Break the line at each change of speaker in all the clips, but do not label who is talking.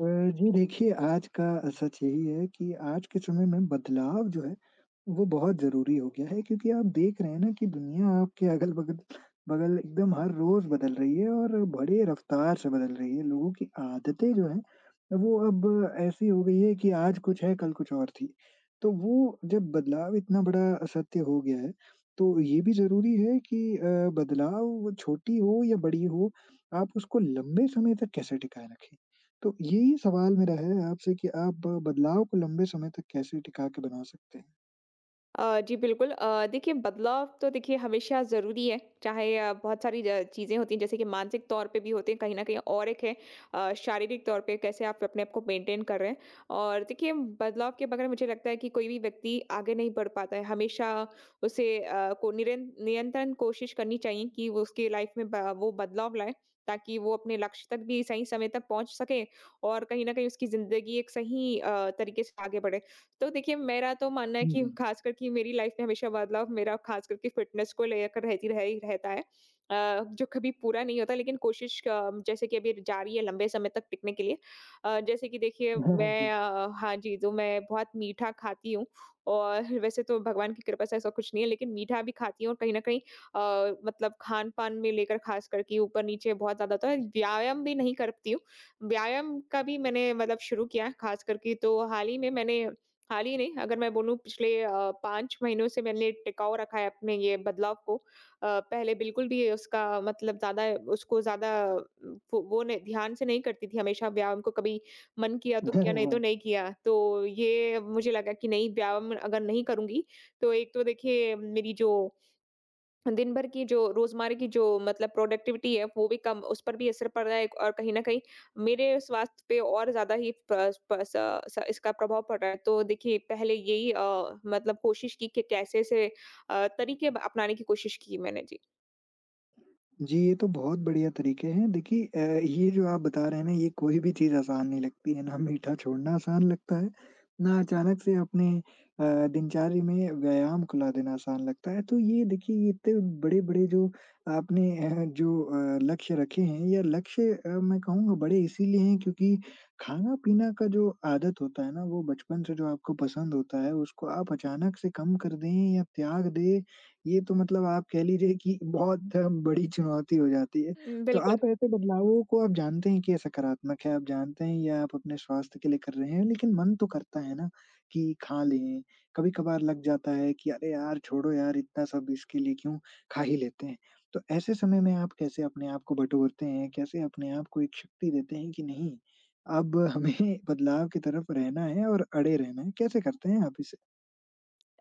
अ, जी देखिए, आज का सच यही है कि आज के समय में बदलाव जो है, वो बहुत ज़रूरी हो गया है क्योंकि आप देख रहे हैं ना कि दुनिया आपके अगल-बगल बगल बगल एकदम हर रोज़ बदल रही है और बड़े रफ्तार से बदल रही है। लोगों की आदतें जो हैं, वो अब ऐसी हो गई है कि आज कुछ है, कल कुछ और थी। तो वो जब बदलाव इतना बड़ा सत्य हो गया है, तो ये भी ज़रूरी है कि बदलाव वो छोटी हो या बड़ी हो, आप उसको लंबे समय तक कैसे टिकाए रखें। तो यही सवाल मेरा है आपसे कि आप बदलाव को लंबे समय तक कैसे टिका के बना सकते हैं?
जी बिल्कुल। देखिए बदलाव तो देखिए हमेशा ज़रूरी है, चाहे बहुत सारी ज चीज़ें होती हैं जैसे कि मानसिक तौर पे भी होते हैं कहीं न कहीं और एक है शारीरिक तौर पे कैसे आप अपने आप को मेंटेन कर रहे हैं। और देखिए बदलाव के बगैर मुझे लगता है कि कोई भी व्यक्ति आगे नहीं बढ़ पाता है, हमेशा उसे को निरन निरंतर कोशिश करनी चाहिए कि वो उसकी लाइफ़ में ब वो बदलाव लाए, ताकि वो अपने लक्ष्य तक भी सही समय तक पहुँच सके और कहीं न कहीं उसकी ज़िंदगी एक सही तरीके से आगे बढ़े। तो देखिए मेरा तो मानना है
हुँ,
कि
हुँ।
ख़ासकर कि मेरी लाइफ़ में हमेशा बदलाव मेरा ख़ास करके फ़िटनेस को लेकर रहती रह ही रहता है। जो कभी पूरा नहीं होता लेकिन कोशिश जैसे कि अभी जारी है लंबे समय तक टिकने के लिए। जैसे कि देखिए
जी।
हाँ जी, तो मैं बहुत मीठा खाती हूँ और वैसे तो भगवान की कृपा से ऐसा कुछ नहीं है लेकिन मीठा भी खाती हूँ और कहीं न कहीं मतलब खान-पान में लेकर ख़ास करके ऊपर-नीचे बहुत ज़्यादा होता है। व्यायाम भी नहीं करती हूँ। व्यायाम का भी मैंने मतलब शुरू किया है ख़ास करके तो हाल ही में मैंने हाल ही नहीं, अगर मैं बोलूँ पिछले 5 महीनों से मैंने टिकाऊ रखा है अपने ये बदलाव को। पहले बिल्कुल भी उसका मतलब ज़्यादा उसको ज़्यादा वो नहीं ध्यान से नहीं करती थी हमेशा व्यायाम को कभी मन किया तो किया, नहीं तो
वाह!
नहीं किया। तो ये मुझे लगा कि नहीं व्यायाम अगर नहीं करूँगी, तो एक तो देखिए मेरी जो दिन भर की जो रोजमर्रा की जो मतलब प्रोडक्टिविटी है वो भी कम उस पर भी असर पड़ रहा है और कहीं न कहीं मेरे स्वास्थ्य पे और ज़्यादा ही प प स स इसका प्रभाव पड़ रहा है। तो देखिए पहले यही मतलब कोशिश की कि कैसे से तरीके ब अपनाने की कोशिश की मैंने। जी।
जी, ये तो बहुत बढ़िया तरीके हैं। देखिए ये जो आप बता रहे हैं ना ये कोई भी चीज़ आसान नहीं लगती है, ना मीठा छोड़ना आसान लगता है, ना अचानक से अपने दिनचर्या में व्यायाम को ला देना आसान लगता है। तो ये देखिए ये इतने बड़े-बड़े जो आपने लक्ष्य रखे हैं या लक्ष्य मैं कहूँगा बड़े इसीलिए हैं क्योंकि खाना-पीना का जो आदत होता है ना वो बचपन से जो आपको पसंद होता है उसको आप अचानक से कम कर दें या त्याग दें ये तो मतलब आप कह लीजिए कि बहुत बड़ी चुनौती हो जाती है। तो
बिल्कुल।
आप ऐसे बदलावों को आप जानते हैं कि ये सकारात्मक है, आप जानते हैं या आप अपने स्वास्थ्य के लिए कर रहे हैं, लेकिन मन तो करता है ना कि खा लें। कभी-कभार लग जाता है कि अरे यार! छोड़ो यार इतना सब इसके लिए क्यों खा ही लेते हैं। तो ऐसे समय में आप कैसे अपने आप को बटोरते हैं? कैसे अपने आप को एक शक्ति देते हैं कि नहीं, अब हमें बदलाव की तरफ रहना है और अड़े रहना है। कैसे करते हैं आप इसे?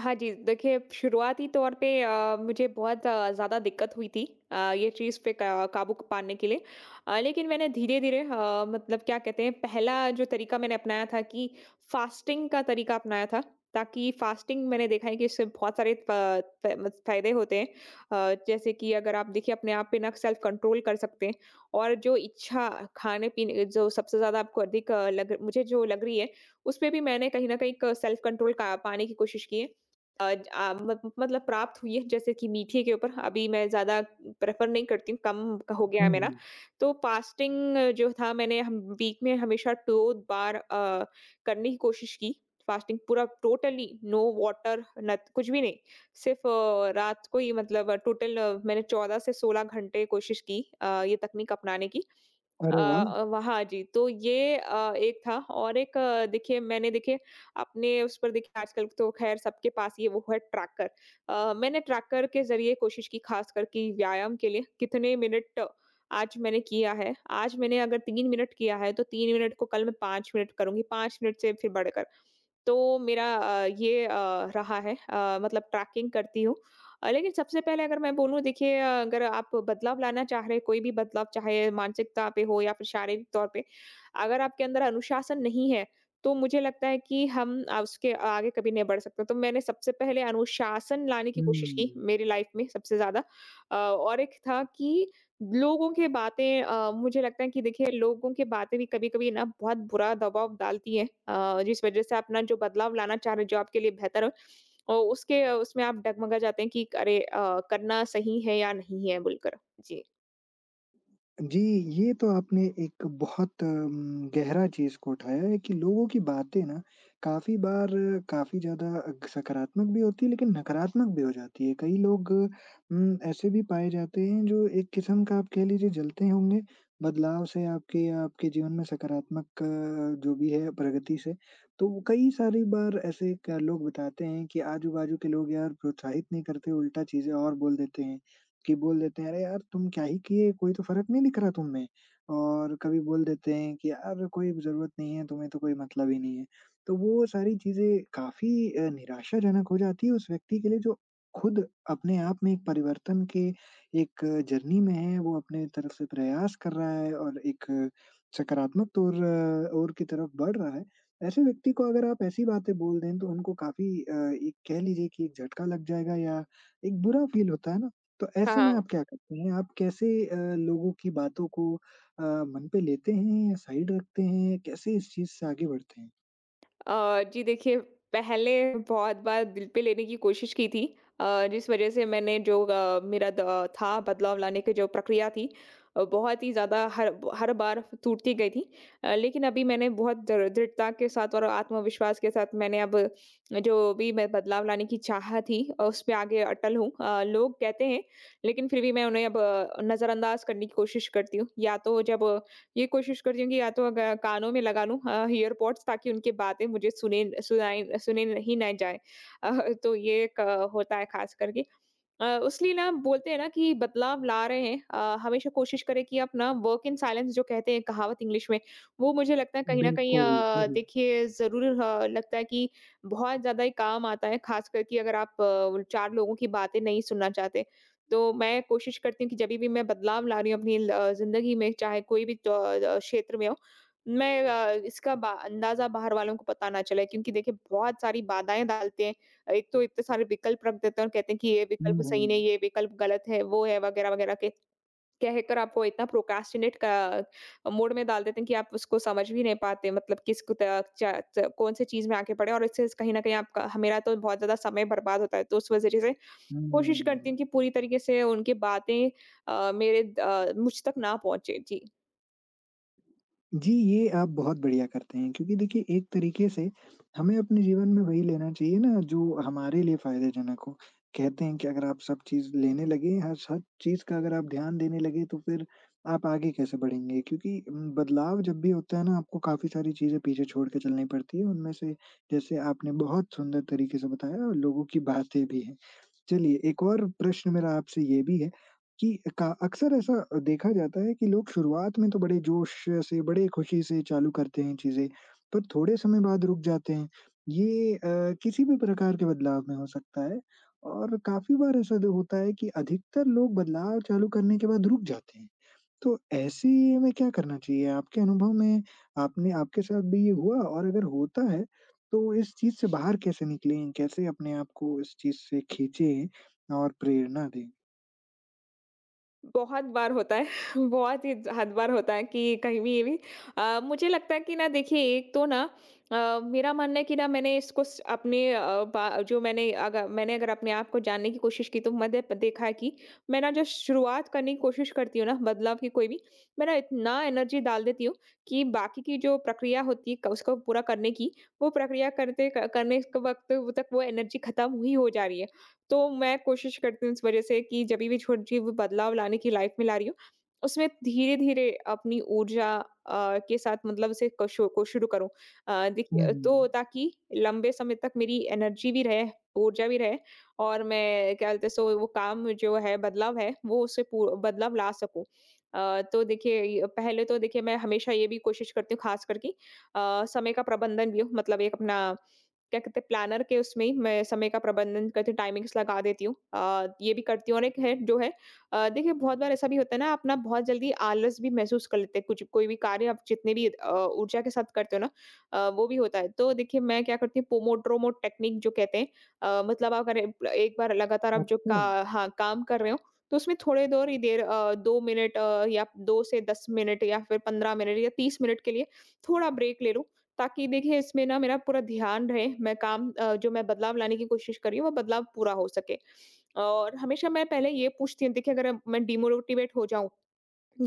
हाँ जी, देखिए शुरुआती तौर पे मुझे बहुत ज़्यादा दिक्कत हुई थी ये चीज़ पे का काबू पाने के लिए। लेकिन मैंने धीरे-धीरे मतलब क्या कहते हैं पहला जो तरीका मैंने अपनाया था कि फ़ास्टिंग का तरीका अपनाया था, ताकि फ़ास्टिंग मैंने देखा है कि इससे बहुत सारे प फ मत फ़ायदे होते हैं। जैसे कि अगर आप देखिए अपने आप पे ना सेल्फ़ कंट्रोल कर सकते हैं और जो इच्छा खाने-पीने जो सबसे ज़्यादा आपको अधिक लग मुझे जो लग रही है, उसपे भी मैंने कहीं न कहीं एक सेल्फ़ कंट्रोल का पाने की कोशिश की है। अ, ज अ, मत मतलब प्राप्त हुई है, जैसे कि मीठे के ऊपर अभी मैं ज़्यादा प्रेफ़र नहीं करती हूँ, कम क हो गया है
हुँ,
मेरा।
हुँ।
तो फ़ास्टिंग जो था मैंने हम वीक में हमेशा 2 बार करने की कोशिश की, फ़ास्टिंग पूरा टोटली नो वाटर नथ कुछ भी नहीं। सिर्फ़ रात को ही मतलब टोटल मैंने 14 से 16 घंटे कोशिश की ये तकनीक अपनाने की।
अरे वाह!
अ, वहाँ जी, तो ये एक था और एक देखिए मैंने देखिए अपने उस पर देखिए आजकल तो ख़ैर सबके पास ये वो है ट्रैकर। मैंने ट्रैकर के ज़रिए कोशिश की ख़ासकर कि व्यायाम के लिए कितने मिनट आज मैंने किया है। आज मैंने अगर 3 मिनट किया है तो 3 मिनट को कल मैं 5 मिनट करूँगी, 5 मिनट से फिर बढ़कर तो मेरा रहा है मतलब ट्रैकिंग करती हूँ। लेकिन सबसे पहले अगर मैं बोलूँ देखिए अगर आप बदलाव लाना चाह रहे हैं, कोई भी बदलाव चाहे मानसिकता पे हो या फिर शारीरिक तौर पे, अगर आपके अंदर अनुशासन नहीं है, तो मुझे लगता है कि हम उसके आगे कभी नहीं बढ़ सकते। तो मैंने सबसे पहले अनुशासन लाने की कोशिश की
हुँ।
मेरी लाइफ़ में सबसे ज़्यादा। और एक था कि लोगों की बातें मुझे लगता है कि देखिए लोगों की बातें भी कभी-कभी ना बहुत बुरा दबाव डालती हैं जिस वज़ह से अपना जो बदलाव लाना चाह रहे हैं जो आपके लिए बेहतर हो अ, उसके उसमें आप डगमगा जाते हैं कि अरे करना सही है या नहीं है बोलकर। जी।
जी, ये तो आपने एक बहुत गहरा चीज़ को उठाया है कि लोगों की बातें ना काफ़ी बार काफ़ी ज़्यादा अग सकारात्मक भी होती है लेकिन नकारात्मक भी हो जाती है। कई लोग ऐसे भी पाए जाते हैं जो एक किस्म का आप कह लीजिए जलते होंगे बदलाव से आपके या आपके जीवन में सकारात्मक जो भी है प्रगति से। तो वो कई सारी बार ऐसे क लोग बताते हैं कि आजू-बाजू के लोग यार प्रोत्साहित नहीं करते, उल्टा चीज़ें और बोल देते हैं। कि बोल देते हैं, "अरे यार तुम क्या ही किए? कोई तो फ़र्क नहीं दिख रहा तुम में" और कभी बोल देते हैं कि "यार कोई ज़रूरत नहीं है, तुम्हें तो कोई मतलब ही नहीं है।" तो वो सारी चीज़ें काफ़ी निराशाजनक हो जाती है उस व्यक्ति के लिए जो खुद अपने आप में एक परिवर्तन के एक जर्नी में है, वो अपने तरफ से प्रयास कर रहा है और एक सकारात्मक तौर ओर की तरफ बढ़ रहा है। ऐसे व्यक्ति को अगर आप ऐसी बातें बोल दें तो उनको काफ़ी एक कह लीजिए कि एक झटका लग जाएगा या एक बुरा फ़ील होता है ना? तो
हाँ,
ऐसे में
हाँ।
आप क्या करते हैं? आप कैसे लोगों की बातों को मन पे लेते हैं या साइड रखते हैं? कैसे इस चीज़ से आगे बढ़ते हैं?
जी देखिए, पहले बहुत बार दिल पे लेने की कोशिश की थी जिस वज़ह से मैंने जो अ, मेरा द था बदलाव लाने की जो प्रक्रिया थी बहुत ही ज़्यादा हर हर बार टूटती गई थी। लेकिन अभी मैंने बहुत दृ दृढ़ता के साथ और आत्मविश्वास के साथ मैंने अब जो भी मैं बदलाव लाने की चाह थी उसमें आगे अटल हूँ। लोग कहते हैं, लेकिन फिर भी मैं उन्हें अब नज़रअंदाज करने की कोशिश करती हूँ। या तो जब ये कोशिश करती हूँ कि या तो अगर कानों में लगा लूँ ईयरपॉड्स ताकि उनकी बातें मुझे सुने सुनाई सुने नहीं ना जाए, अ, तो ये एक होता है खास करके उसलिए ना बोलते हैं ना कि बदलाव ला रहे हैं हमेशा कोशिश करें कि अपना वर्क इन साइलेंस जो कहते हैं कहावत इंग्लिश में वो मुझे लगता है कहीं ना कहीं
बिल्कुल, सही।
देखिए ज़रूर लगता है कि बहुत ज़्यादा ही काम आता है खास करके अगर आप चार लोगों की बातें नहीं सुनना चाहते तो मैं कोशिश करती हूँ कि जभी भी मैं बदलाव ला रही हूँ अपनी ज़िंदगी में चाहे कोई भी क्षेत्र में हो, मैं अ, इसका बा अंदाज़ा बाहर वालों को पता ना चले क्योंकि देखिए बहुत सारी बाधाएँ डालते हैं। एक तो इतने सारे विकल्प रख देते हैं और कहते हैं कि ये
हुँ,
विकल्प सही
हुँ।
नहीं, ये विकल्प गलत है, वो है वगैरह-वगैरह के कहकर आपको इतना प्रोक्रास्टिनेट का मोड में डाल देते हैं कि आप उसको समझ भी नहीं पाते मतलब किसको त च च कौन-सी चीज़ में आगे बढ़े और इससे कहीं न कहीं आपका ह मेरा तो बहुत ज़्यादा समय बर्बाद होता है। तो उस वजह से कोशिश करती
हुँ।
हूँ कि पूरी तरीके से उनकी बातें अ, मेरे द मुझ तक ना पहुँचे। जी।
जी, ये आप बहुत बढ़िया करते हैं क्योंकि देखिए एक तरीके से हमें अपने जीवन में वही लेना चाहिए ना जो हमारे लिए फ़ायदेजनक हो। कहते हैं कि अगर आप सब चीज़ लेने लगे, हर हर चीज़ का अगर आप ध्यान देने लगे तो फिर आप आगे कैसे बढ़ेंगे? क्योंकि बदलाव जब भी होता है ना आपको काफ़ी सारी चीज़ें पीछे छोड़ के चलनी पड़ती है। उनमें से जैसे आपने बहुत सुंदर तरीके से बताया और लोगों की बातें भी हैं। चलिए एक और प्रश्न मेरा आपसे ये भी है कि का अक्सर ऐसा देखा जाता है कि लोग शुरुआत में तो बड़े जोश से, बड़े खुशी से चालू करते हैं चीज़ें, पर थोड़े समय बाद रुक जाते हैं। ये किसी भी प्रकार के बदलाव में हो सकता है और काफ़ी बार ऐसा जो होता है कि अधिकतर लोग बदलाव चालू करने के बाद रुक जाते हैं। तो ऐसे में क्या करना चाहिए? आपके अनुभव में आपने आपके साथ भी ये हुआ? और अगर होता है, तो इस चीज़ से बाहर कैसे निकलें? कैसे अपने आप को इस चीज़ से खींचें और प्रेरणा दें?
बहुत बार होता है, बहुत ही हद बार होता है कि कहीं भी ये भी मुझे लगता है कि ना देखिए एक तो ना मेरा मानना है कि ना मैंने इसको स अपने अ, बा जो मैंने अगर अपने आप को जानने की कोशिश की तो मैंने प देखा है कि मैं ना जो शुरुआत करने की कोशिश करती हूँ ना बदलाव की कोई भी, मैं ना इतना एनर्जी डाल देती हूँ कि बाकी की जो प्रक्रिया होती है क उसको पूरा करने की, वो प्रक्रिया करते क करने के वक़्त तक वो एनर्जी खत्म ही हो जा रही है। तो मैं कोशिश करती हूँ इस वजह से कि जब भी छोटी छोटी वो बदलाव लाने की लाइफ में ला रही हूँ, उसमें धीरे-धीरे अपनी ऊर्जा के साथ मतलब उसे क शो को शुरू करूँ।
हुँ,
देखिए तो ताकि लंबे समय तक मेरी एनर्जी भी रहे, ऊर्जा भी रहे और मैं क्या बोलते हैं सो वो काम जो है बदलाव है, वो उससे पू बदलाव ला सकूँ। तो देखिए य पहले तो देखिए मैं हमेशा ये भी कोशिश करती हूँ ख़ास करके समय का प्रबंधन भी हो मतलब एक अपना क्या कहते हैं प्लानर के उसमें ही मैं समय का प्रबंधन करती हूँ, टाइमिंग्स लगा देती हूँ। ये भी करती हूँ और एक है जो है देखिए बहुत बार ऐसा भी होता है ना अपना बहुत जल्दी आलस भी महसूस कर लेते हैं कुछ कोई भी कार्य आप जितने भी ऊर्जा के साथ करते हो ना, वो भी होता है। तो देखिए मैं क्या करती हूँ पोमोड्रोमो टेक्निक जो कहते हैं मतलब आप अगर एक एक बार लगातार आप जो
अच्छा।
का हाँ, काम कर रहे हो तो उसमें थोड़े देर ही देर 2 मिनट या 2 से 10 मिनट या फिर 15 मिनट या 30 मिनट के लिए थोड़ा ब्रेक ले लो। ताकि देखिए इसमें ना मेरा पूरा ध्यान रहे, मैं काम जो मैं बदलाव लाने की कोशिश कर रही हूँ, वो बदलाव पूरा हो सके। और हमेशा मैं पहले ये पूछती हूँ देखिए अगर मैं डिमोटिवेट हो जाऊँ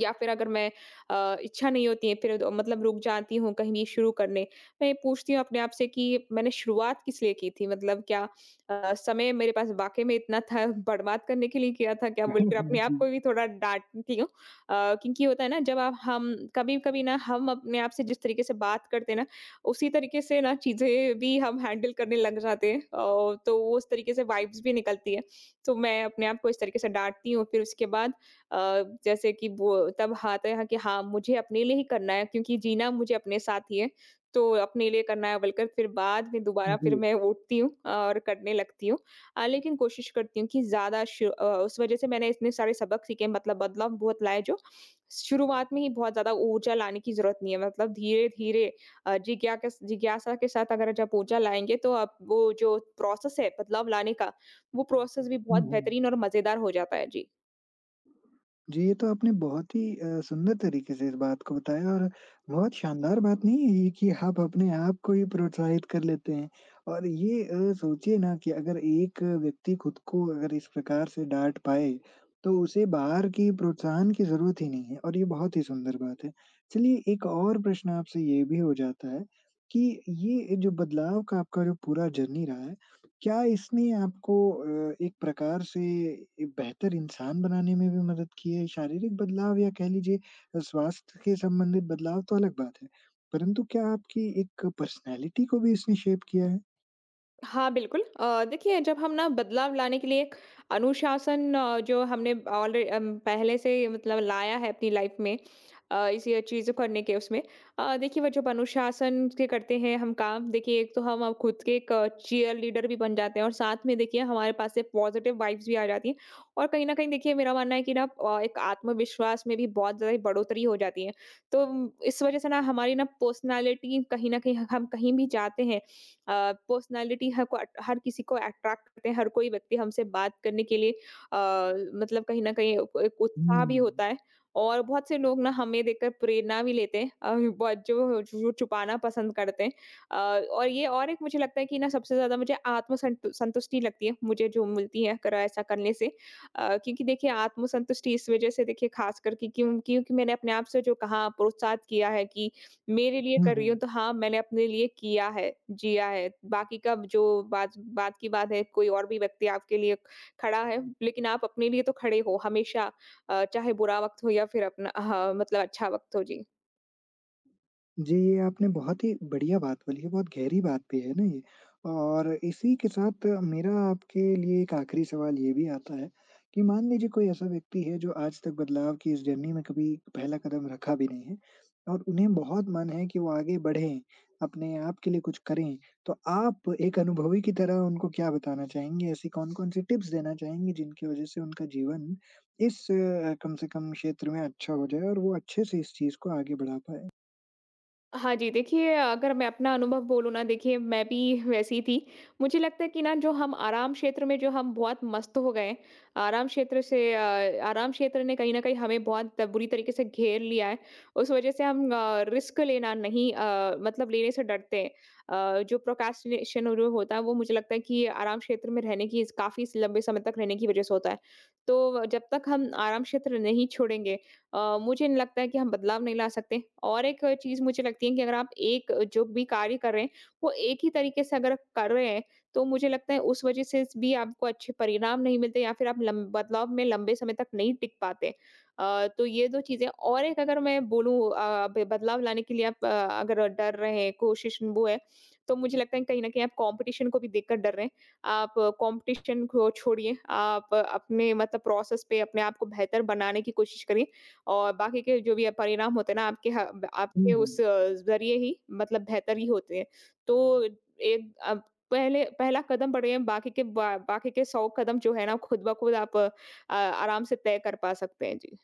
या फिर अगर मैं इच्छा नहीं होती है फिर तो मतलब रुक जाती हूँ कहीं भी शुरू करने। मैं ये पूछती हूँ अपने आप से कि मैंने शुरुआत किस लिए की थी? मतलब क्या समय मेरे पास वाक़ई में इतना था बर्बाद करने के लिए किया था क्या? बोलकर अपने आप
जी।
को भी थोड़ा डाँटती हूँ। क्योंकि होता है ना, जब आप हम कभी-कभी ना हम अपने आप से जिस तरीके से बात करते हैं ना, उसी तरीके से ना चीज़ें भी हम हैंडल करने लग जाते हैं, और तो उस तरीके से वाइब्स भी निकलती है। तो मैं अपने आप को इस तरीके से डाँटती हूँ, फिर उसके बाद अ, जैसे कि वो तब आता है कि हाँ, मुझे अपने लिए ही करना है, क्योंकि जीना मुझे अपने साथ ही है। तो अपने लिए करना है बोलकर फिर बाद में दोबारा फिर
जी।
मैं उठती हूँ और करने लगती हूँ। लेकिन कोशिश करती हूँ कि ज़्यादा उस वज़ह से मैंने इतने सारे सबक सीखे, मतलब बदलाव बहुत लाए। जो शुरुआत में ही बहुत ज़्यादा ऊर्जा लाने की ज़रूरत नहीं है, मतलब धीरे-धीरे जिज्ञासा के साथ अगर जब ऊर्जा लाएँगे, तो आप वो जो प्रोसेस है बदलाव लाने का, वो प्रोसेस भी
हुँ,
बहुत
हुँ।
बेहतरीन और मज़ेदार हो जाता है। जी।
जी, ये तो आपने बहुत ही सुंदर तरीके से इस बात को बताया और बहुत शानदार बात नहीं है ये कि आप अपने आप को ही प्रोत्साहित कर लेते हैं। और ये सोचिए ना कि अगर एक व्यक्ति खुद को अगर इस प्रकार से डाँट पाए, तो उसे बाहर की प्रोत्साहन की ज़रूरत ही नहीं है और ये बहुत ही सुंदर बात है। चलिए एक और प्रश्न आपसे ये भी हो जाता है कि ये जो बदलाव का आपका जो पूरा जर्नी रहा है, क्या इसने आपको एक प्रकार से ए बेहतर इंसान बनाने में भी मदद की है? शारीरिक बदलाव या कह लीजिए स्वास्थ्य के संबंधित बदलाव तो अलग बात है, परंतु क्या आपकी एक पर्सनैलिटी को भी इसने शेप किया है?
हाँ, बिल्कुल। देखिए, जब हम ना बदलाव लाने के लिए एक अनुशासन जो हमने पहले से मतलब लाया है अपनी लाइफ़ में इस ये चीज़ों करने के उसमें। देखिए, वो जब अनुशासन से करते हैं हम काम, देखिए एक तो हम अब खुद के एक चीयर लीडर भी बन जाते हैं, और साथ में देखिए हमारे पास से पॉज़िटिव वाइब्स भी आ जाती हैं। और कहीं न कहीं देखिए, मेरा मानना है कि ना एक आत्मविश्वास में भी बहुत ज़्यादा बढ़ोतरी हो जाती है। तो इस वज़ह से ना हमारी ना पर्सनैलिटी कहीं न कहीं, हम कहीं भी जाते हैं, पर्सनैलिटी हर किसी को अट्रैक्ट करते हैं, हर कोई व्यक्ति हमसे बात करने के लिए अ, मतलब कहीं न कहीं उ एक उत्साह भी होता
हुँ।
है। और बहुत से लोग ना हमें देखकर प्रेरणा भी लेते हैं, बहुत जो जो छुपाना पसंद करते हैं। अ, और ये और एक मुझे लगता है कि ना, सबसे ज़्यादा मुझे आत्म संतुष्टि लगती है, मुझे जो मिलती है करा ऐसा करने से। क्योंकि देखिए आत्म संतुष्टि इस वज़ह से, देखिए ख़ास करके क्योंकि मैंने अपने आप से जो कहा, प्रोत्साहित किया है कि मेरे लिए
हुँ,
कर रही
हुँ।
हूँ। तो हाँ, मैंने अपने लिए किया है, जिया है। बाकी का जो बात बात की बात है, कोई और भी व्यक्ति आपके लिए खड़ा है, लेकिन आप अपने लिए तो खड़े हो हमेशा, चाहे बुरा वक़्त हो या फिर अपना हाँ, मतलब अच्छा वक़्त हो। जी।
जी, ये आपने बहुत ही बढ़िया बात बोली है, बहुत गहरी बात भी है ना ये। और इसी के साथ मेरा आपके लिए एक आखिरी सवाल ये भी आता है कि मान लीजिए कोई ऐसा व्यक्ति है जो आज तक बदलाव की इस जर्नी में कभी पहला कदम रखा भी नहीं है और उन्हें बहुत मन है कि वो आगे बढ़ें, अपने आप के लिए कुछ करें। तो आप एक अनुभवी की तरह उनको क्या बताना चाहेंगे? ऐसी कौन-कौन सी टिप्स देना चाहेंगे जिनकी वजह से उनका जीवन इस कम से कम क्षेत्र में अच्छा हो जाए और वो अच्छे से इस चीज़ को आगे बढ़ा पाएँ?
हाँ जी, देखिए अगर मैं अपना अनुभव बोलूँ ना, देखिए मैं भी वैसी थी। मुझे लगता है कि ना, जो हम आराम क्षेत्र में जो हम बहुत मस्त हो गए, आराम क्षेत्र ने कहीं न कहीं हमें बहुत बुरी तरीके से घेर लिया है। उस वज़ह से हम रिस्क लेना नहीं मतलब लेने से डरते हैं। जो प्रोक्रेस्टिनेशन और वो होता है, वो मुझे लगता है कि आराम क्षेत्र में रहने की काफ़ी लंबे समय तक रहने की वज़ह से होता है। तो जब तक हम आराम क्षेत्र नहीं छोड़ेंगे, मुझे नहीं लगता है कि हम बदलाव नहीं ला सकते। और एक चीज़ मुझे लगती है कि अगर आप एक जो भी कार्य कर रहे हैं, वो एक ही तरीके से अगर कर रहे हैं, तो मुझे लगता है उस वज़ह से भी आपको अच्छे परिणाम नहीं मिलते, या फिर आप लम बदलाव में लंबे समय तक नहीं टिक पाते। तो ये 2 चीज़ें। और एक अगर मैं बोलूँ ब बदलाव लाने के लिए आप अगर डर रहे हैं, कोशिश वो है, तो मुझे लगता है कहीं न कहीं आप कॉम्पिटिशन को भी देखकर डर रहे हैं। आप कॉम्पिटिशन को छोड़िए, आप अपने मतलब प्रोसेस पे अपने आप को बेहतर बनाने की कोशिश करिए। और बाकी के जो भी परिणाम होते हैं ना, आपके ह ब
हुँ,
आपके
हुँ।
उस ज़रिए ही मतलब बेहतर ही होते हैं। तो एक अब पहले पहला कदम बढ़िया, बाकी के बा बाकी के 100 कदम जो है ना, खुद ब खुद आप आराम से तय कर पा सकते हैं। जी।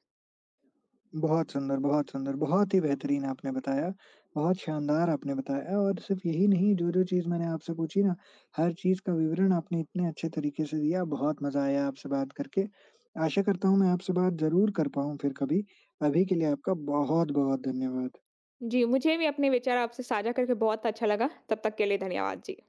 बहुत सुंदर, बहुत सुंदर, बहुत ही बेहतरीन आपने बताया, बहुत शानदार आपने बताया और सिर्फ़ यही नहीं, जो-जो चीज़ मैंने आपसे पूछी ना, हर चीज़ का विवरण आपने इतने अच्छे तरीके से दिया, बहुत मज़ा आया आपसे बात करके। आशा करता हूँ मैं आपसे बात ज़रूर कर पाऊँ फिर कभी। अभी के लिए आपका बहुत-बहुत धन्यवाद।
जी, मुझे भी अपने विचार आपसे साझा करके बहुत अच्छा लगा। तब तक के लिए धन्यवाद। जी।